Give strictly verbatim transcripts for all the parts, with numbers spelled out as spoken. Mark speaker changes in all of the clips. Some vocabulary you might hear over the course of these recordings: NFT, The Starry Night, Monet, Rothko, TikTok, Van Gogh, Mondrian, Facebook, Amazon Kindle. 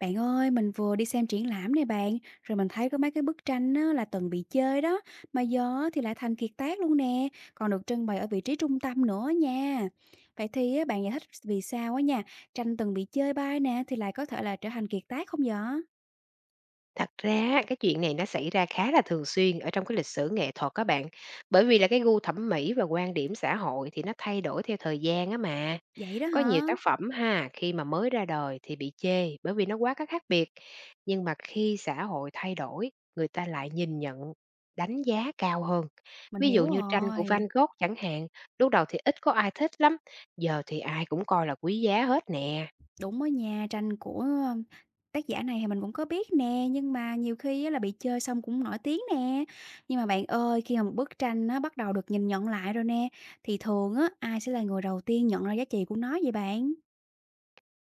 Speaker 1: Bạn ơi, mình vừa đi xem triển lãm này bạn, rồi mình thấy có mấy cái bức tranh á, là từng bị chơi đó, mà giờ á thì lại thành kiệt tác luôn nè, còn được trưng bày ở vị trí trung tâm nữa nha. Vậy thì á, bạn giải thích vì sao á nha, tranh từng bị chơi bay nè thì lại có thể là trở thành kiệt tác không vậy?
Speaker 2: Thật ra á, cái chuyện này nó xảy ra khá là thường xuyên ở trong cái lịch sử nghệ thuật các bạn, bởi vì là cái gu thẩm mỹ và quan điểm xã hội thì nó thay đổi theo thời gian á mà.
Speaker 1: Vậy đó
Speaker 2: Có nhiều
Speaker 1: hả?
Speaker 2: tác phẩm ha, khi mà mới ra đời thì bị chê bởi vì nó quá các khác biệt, nhưng mà khi xã hội thay đổi, người ta lại nhìn nhận đánh giá cao hơn.
Speaker 1: Mình
Speaker 2: Ví
Speaker 1: hiểu
Speaker 2: dụ như tranh của Van
Speaker 1: rồi.
Speaker 2: Gogh chẳng hạn, lúc đầu thì ít có ai thích lắm, giờ thì ai cũng coi là quý giá hết nè.
Speaker 1: Đúng á nhà tranh của tác giả này thì mình cũng có biết nè, nhưng mà nhiều khi á là bị chơi xong cũng nổi tiếng nè. Nhưng mà bạn ơi, khi mà một bức tranh nó bắt đầu được nhìn nhận lại rồi nè, thì thường á, ai sẽ là người đầu tiên nhận ra giá trị của nó vậy bạn?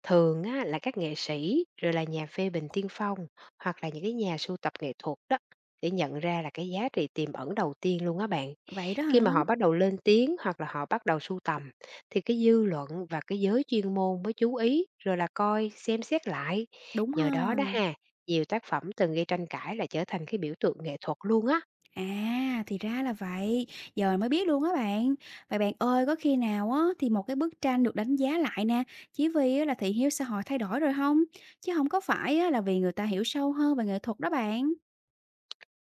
Speaker 2: Thường á, là các nghệ sĩ, rồi là nhà phê bình tiên phong, hoặc là những cái nhà sưu tập nghệ thuật đó, để nhận ra là cái giá trị tiềm ẩn đầu tiên luôn á bạn.
Speaker 1: Vậy đó
Speaker 2: Khi
Speaker 1: hả?
Speaker 2: mà họ bắt đầu lên tiếng hoặc là họ bắt đầu sưu tầm, thì cái dư luận và cái giới chuyên môn mới chú ý, rồi là coi, xem xét lại.
Speaker 1: Đúng ha.
Speaker 2: Nhờ đó đó ha, nhiều tác phẩm từng gây tranh cãi là trở thành cái biểu tượng nghệ thuật luôn á.
Speaker 1: À, thì ra là vậy, giờ mới biết luôn á bạn. Vậy bạn ơi, có khi nào á, thì một cái bức tranh được đánh giá lại nè, chỉ vì á là thị hiếu xã hội thay đổi rồi không? Chứ không có phải á, là vì người ta hiểu sâu hơn về nghệ thuật đó bạn.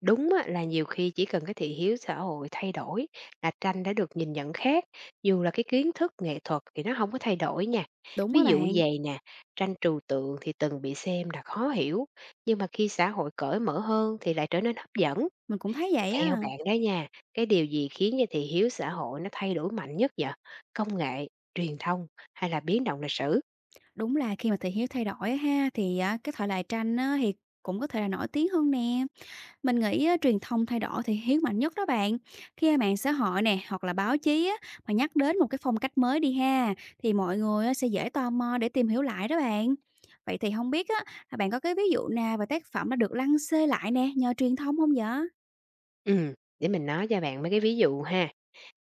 Speaker 2: Đúng á, là nhiều khi chỉ cần cái thị hiếu xã hội thay đổi là tranh đã được nhìn nhận khác, dù là cái kiến thức nghệ thuật thì nó không có thay đổi nha.
Speaker 1: Đúng
Speaker 2: Ví
Speaker 1: á
Speaker 2: dụ
Speaker 1: bạn.
Speaker 2: vầy nè, tranh trừu tượng thì từng bị xem là khó hiểu, nhưng mà khi xã hội cởi mở hơn thì lại trở nên hấp dẫn.
Speaker 1: Mình cũng thấy vậy
Speaker 2: Theo
Speaker 1: á.
Speaker 2: bạn đó nha, cái điều gì khiến cho thị hiếu xã hội nó thay đổi mạnh nhất vậy? Công nghệ, truyền thông hay là biến động lịch sử?
Speaker 1: Đúng là khi mà thị hiếu thay đổi á ha, thì á cái thời đại tranh á thì cũng có thể là nổi tiếng hơn nè. Mình nghĩ á, truyền thông thay đổi thị hiếu mạnh nhất đó bạn. Khi mà mạng xã hội nè, hoặc là báo chí á, mà nhắc đến một cái phong cách mới đi ha, thì mọi người á, sẽ dễ tò mò để tìm hiểu lại đó bạn. Vậy thì không biết á, là bạn có cái ví dụ nào về tác phẩm đã được lăng xê lại nè, nhờ truyền thông không vậy?
Speaker 2: Ừ, để mình nói cho bạn mấy cái ví dụ ha.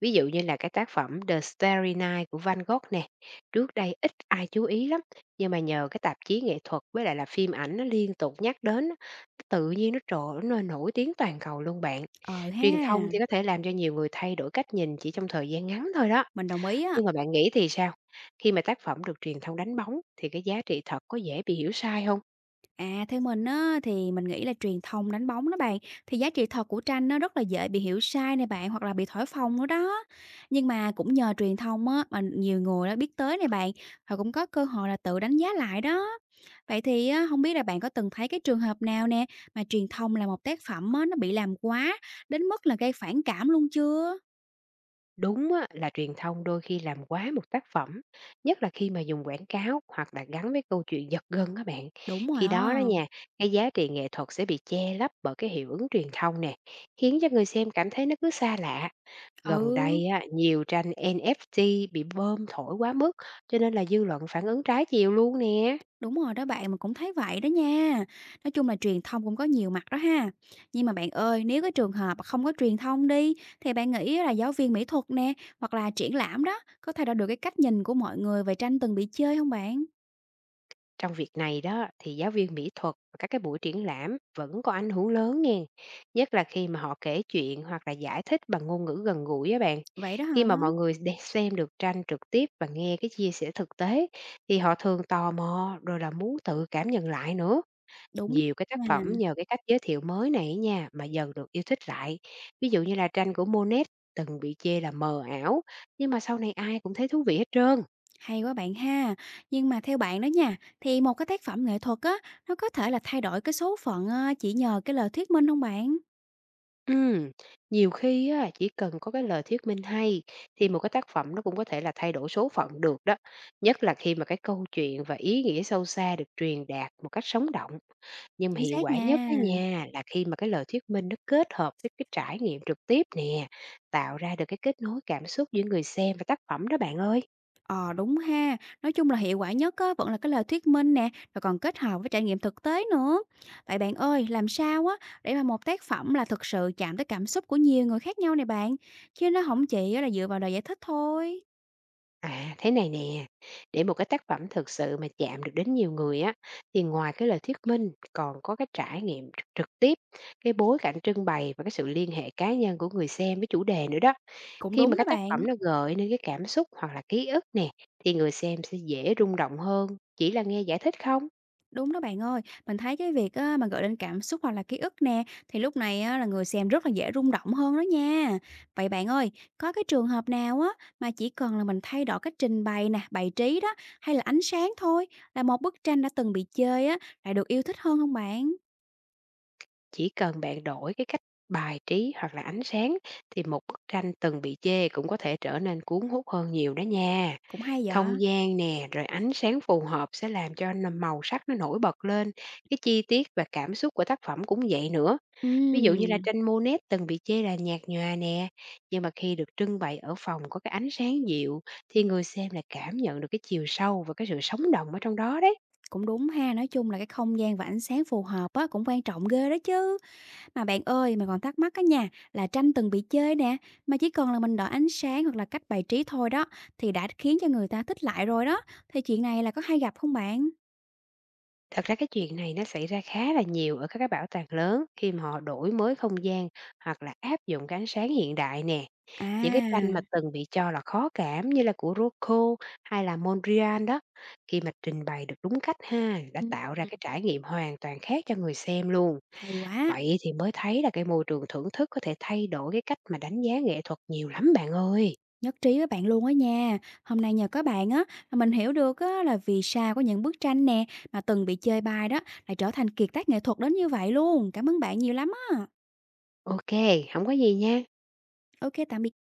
Speaker 2: Ví dụ như là cái tác phẩm The Starry Night của Van Gogh nè, trước đây ít ai chú ý lắm, nhưng mà nhờ cái tạp chí nghệ thuật với lại là phim ảnh nó liên tục nhắc đến á, tự nhiên nó trổ nó nổi tiếng toàn cầu luôn bạn.
Speaker 1: Ờ
Speaker 2: Truyền thông
Speaker 1: ha,
Speaker 2: thì có thể làm cho nhiều người thay đổi cách nhìn chỉ trong thời gian ngắn thôi đó.
Speaker 1: mình đồng ý á.
Speaker 2: Nhưng mà bạn nghĩ thì sao? Khi mà tác phẩm được truyền thông đánh bóng thì cái giá trị thật có dễ bị hiểu sai không?
Speaker 1: À, theo mình á, thì mình nghĩ là truyền thông đánh bóng đó bạn, thì giá trị thật của tranh nó rất là dễ bị hiểu sai này bạn, hoặc là bị thổi phồng nữa đó. Nhưng mà cũng nhờ truyền thông á, mà nhiều người đã biết tới này bạn, họ cũng có cơ hội là tự đánh giá lại đó. Vậy thì á, không biết là bạn có từng thấy cái trường hợp nào nè, mà truyền thông là một tác phẩm á, nó bị làm quá, đến mức là gây phản cảm luôn chưa?
Speaker 2: Đúng á, là truyền thông đôi khi làm quá một tác phẩm, nhất là khi mà dùng quảng cáo hoặc là gắn với câu chuyện giật gân các bạn.
Speaker 1: Đúng rồi
Speaker 2: Khi đó đó
Speaker 1: á.
Speaker 2: nha, cái giá trị nghệ thuật sẽ bị che lấp bởi cái hiệu ứng truyền thông nè, khiến cho người xem cảm thấy nó cứ xa lạ. Gần
Speaker 1: Ừ.
Speaker 2: đây á, nhiều tranh en ép tê bị bơm thổi quá mức, cho nên là dư luận phản ứng trái chiều luôn nè.
Speaker 1: Đúng rồi đó bạn, mình cũng thấy vậy đó nha. Nói chung là truyền thông cũng có nhiều mặt đó ha. Nhưng mà bạn ơi, nếu cái trường hợp mà không có truyền thông đi, thì bạn nghĩ là giáo viên mỹ thuật nè, hoặc là triển lãm đó, có thay đổi được cái cách nhìn của mọi người về tranh từng bị chơi không bạn?
Speaker 2: Trong việc này đó thì giáo viên mỹ thuật và các cái buổi triển lãm vẫn có ảnh hưởng lớn nha, nhất là khi mà họ kể chuyện hoặc là giải thích bằng ngôn ngữ gần gũi á bạn.
Speaker 1: Vậy đó hả?
Speaker 2: Khi mà mọi người đe- xem được tranh trực tiếp và nghe cái chia sẻ thực tế thì họ thường tò mò rồi là muốn tự cảm nhận lại nữa.
Speaker 1: Đúng
Speaker 2: Nhiều cái tác
Speaker 1: nha.
Speaker 2: phẩm nhờ cái cách giới thiệu mới này nha mà dần được yêu thích lại. Ví dụ như là tranh của Monet từng bị chê là mờ ảo, nhưng mà sau này ai cũng thấy thú vị hết trơn.
Speaker 1: Hay quá bạn ha. Nhưng mà theo bạn đó nha, thì một cái tác phẩm nghệ thuật á, nó có thể là thay đổi cái số phận ờ, chỉ nhờ cái lời thuyết minh không bạn?
Speaker 2: Ừm, nhiều khi á, chỉ cần có cái lời thuyết minh hay thì một cái tác phẩm nó cũng có thể là thay đổi số phận được đó. Nhất là khi mà cái câu chuyện và ý nghĩa sâu xa được truyền đạt một cách sống động. Nhưng mà
Speaker 1: Chính
Speaker 2: hiệu
Speaker 1: xác
Speaker 2: quả
Speaker 1: nha.
Speaker 2: nhất á nha là khi mà cái lời thuyết minh nó kết hợp với cái trải nghiệm trực tiếp nè, tạo ra được cái kết nối cảm xúc giữa người xem và tác phẩm đó bạn ơi.
Speaker 1: Ờ, đúng ha. Nói chung là hiệu quả nhất á, vẫn là cái lời thuyết minh nè, rồi còn kết hợp với trải nghiệm thực tế nữa. Vậy bạn ơi, làm sao á để mà một tác phẩm là thực sự chạm tới cảm xúc của nhiều người khác nhau này bạn, chứ nó không chỉ là dựa vào lời giải thích thôi.
Speaker 2: À, thế này nè, để một cái tác phẩm thực sự mà chạm được đến nhiều người á, thì ngoài cái lời thuyết minh còn có cái trải nghiệm tr- trực tiếp, cái bối cảnh trưng bày và cái sự liên hệ cá nhân của người xem với chủ đề nữa đó.
Speaker 1: Cũng
Speaker 2: Khi mà
Speaker 1: đúng đó
Speaker 2: cái tác
Speaker 1: bạn.
Speaker 2: phẩm nó gợi nên cái cảm xúc hoặc là ký ức nè, thì người xem sẽ dễ rung động hơn, chỉ là nghe giải thích không?
Speaker 1: Đúng đó bạn ơi, mình thấy cái việc á, mà gợi lên cảm xúc hoặc là ký ức nè, thì lúc này á, là người xem rất là dễ rung động hơn đó nha. Vậy bạn ơi, có cái trường hợp nào á mà chỉ cần là mình thay đổi cách trình bày nè, bày trí đó, hay là ánh sáng thôi, là một bức tranh đã từng bị chê á, lại được yêu thích hơn không bạn?
Speaker 2: Chỉ cần bạn đổi cái cách bài trí hoặc là ánh sáng thì một bức tranh từng bị chê cũng có thể trở nên cuốn hút hơn nhiều đó nha.
Speaker 1: Cũng hay vậy.
Speaker 2: Không gian nè, rồi ánh sáng phù hợp sẽ làm cho nà- màu sắc nó nổi bật lên, cái chi tiết và cảm xúc của tác phẩm cũng vậy nữa. Ví dụ như là
Speaker 1: Ừm,
Speaker 2: tranh Monet từng bị chê là nhạt nhòa nè, nhưng mà khi được trưng bày ở phòng có cái ánh sáng dịu thì người xem lại cảm nhận được cái chiều sâu và cái sự sống động ở trong đó đấy.
Speaker 1: cũng đúng ha, nói chung là cái không gian và ánh sáng phù hợp á, cũng quan trọng ghê đó chứ. Mà bạn ơi, mình còn thắc mắc á nha, là tranh từng bị chê nè, mà chỉ cần là mình đổi ánh sáng hoặc là cách bài trí thôi đó, thì đã khiến cho người ta thích lại rồi đó. Thì chuyện này là có hay gặp không bạn?
Speaker 2: Thật ra cái chuyện này nó xảy ra khá là nhiều ở các cái bảo tàng lớn khi mà họ đổi mới không gian hoặc là áp dụng cái ánh sáng hiện đại nè. Những cái tranh mà
Speaker 1: À,
Speaker 2: từng bị cho là khó cảm như là của Rothko hay là Mondrian đó, khi mà trình bày được đúng cách ha, đã
Speaker 1: ừ,
Speaker 2: tạo ra cái trải nghiệm hoàn toàn khác cho người xem luôn.
Speaker 1: hay quá,
Speaker 2: Vậy thì mới thấy là cái môi trường thưởng thức có thể thay đổi cái cách mà đánh giá nghệ thuật nhiều lắm bạn ơi.
Speaker 1: nhất trí với bạn luôn á nha. Hôm nay nhờ có bạn á, mà mình hiểu được á, là vì sao có những bức tranh nè, mà từng bị chê bai đó, lại trở thành kiệt tác nghệ thuật đến như vậy luôn. Cảm ơn bạn nhiều lắm á.
Speaker 2: Ok, không có gì nha.
Speaker 1: Ok, tạm biệt.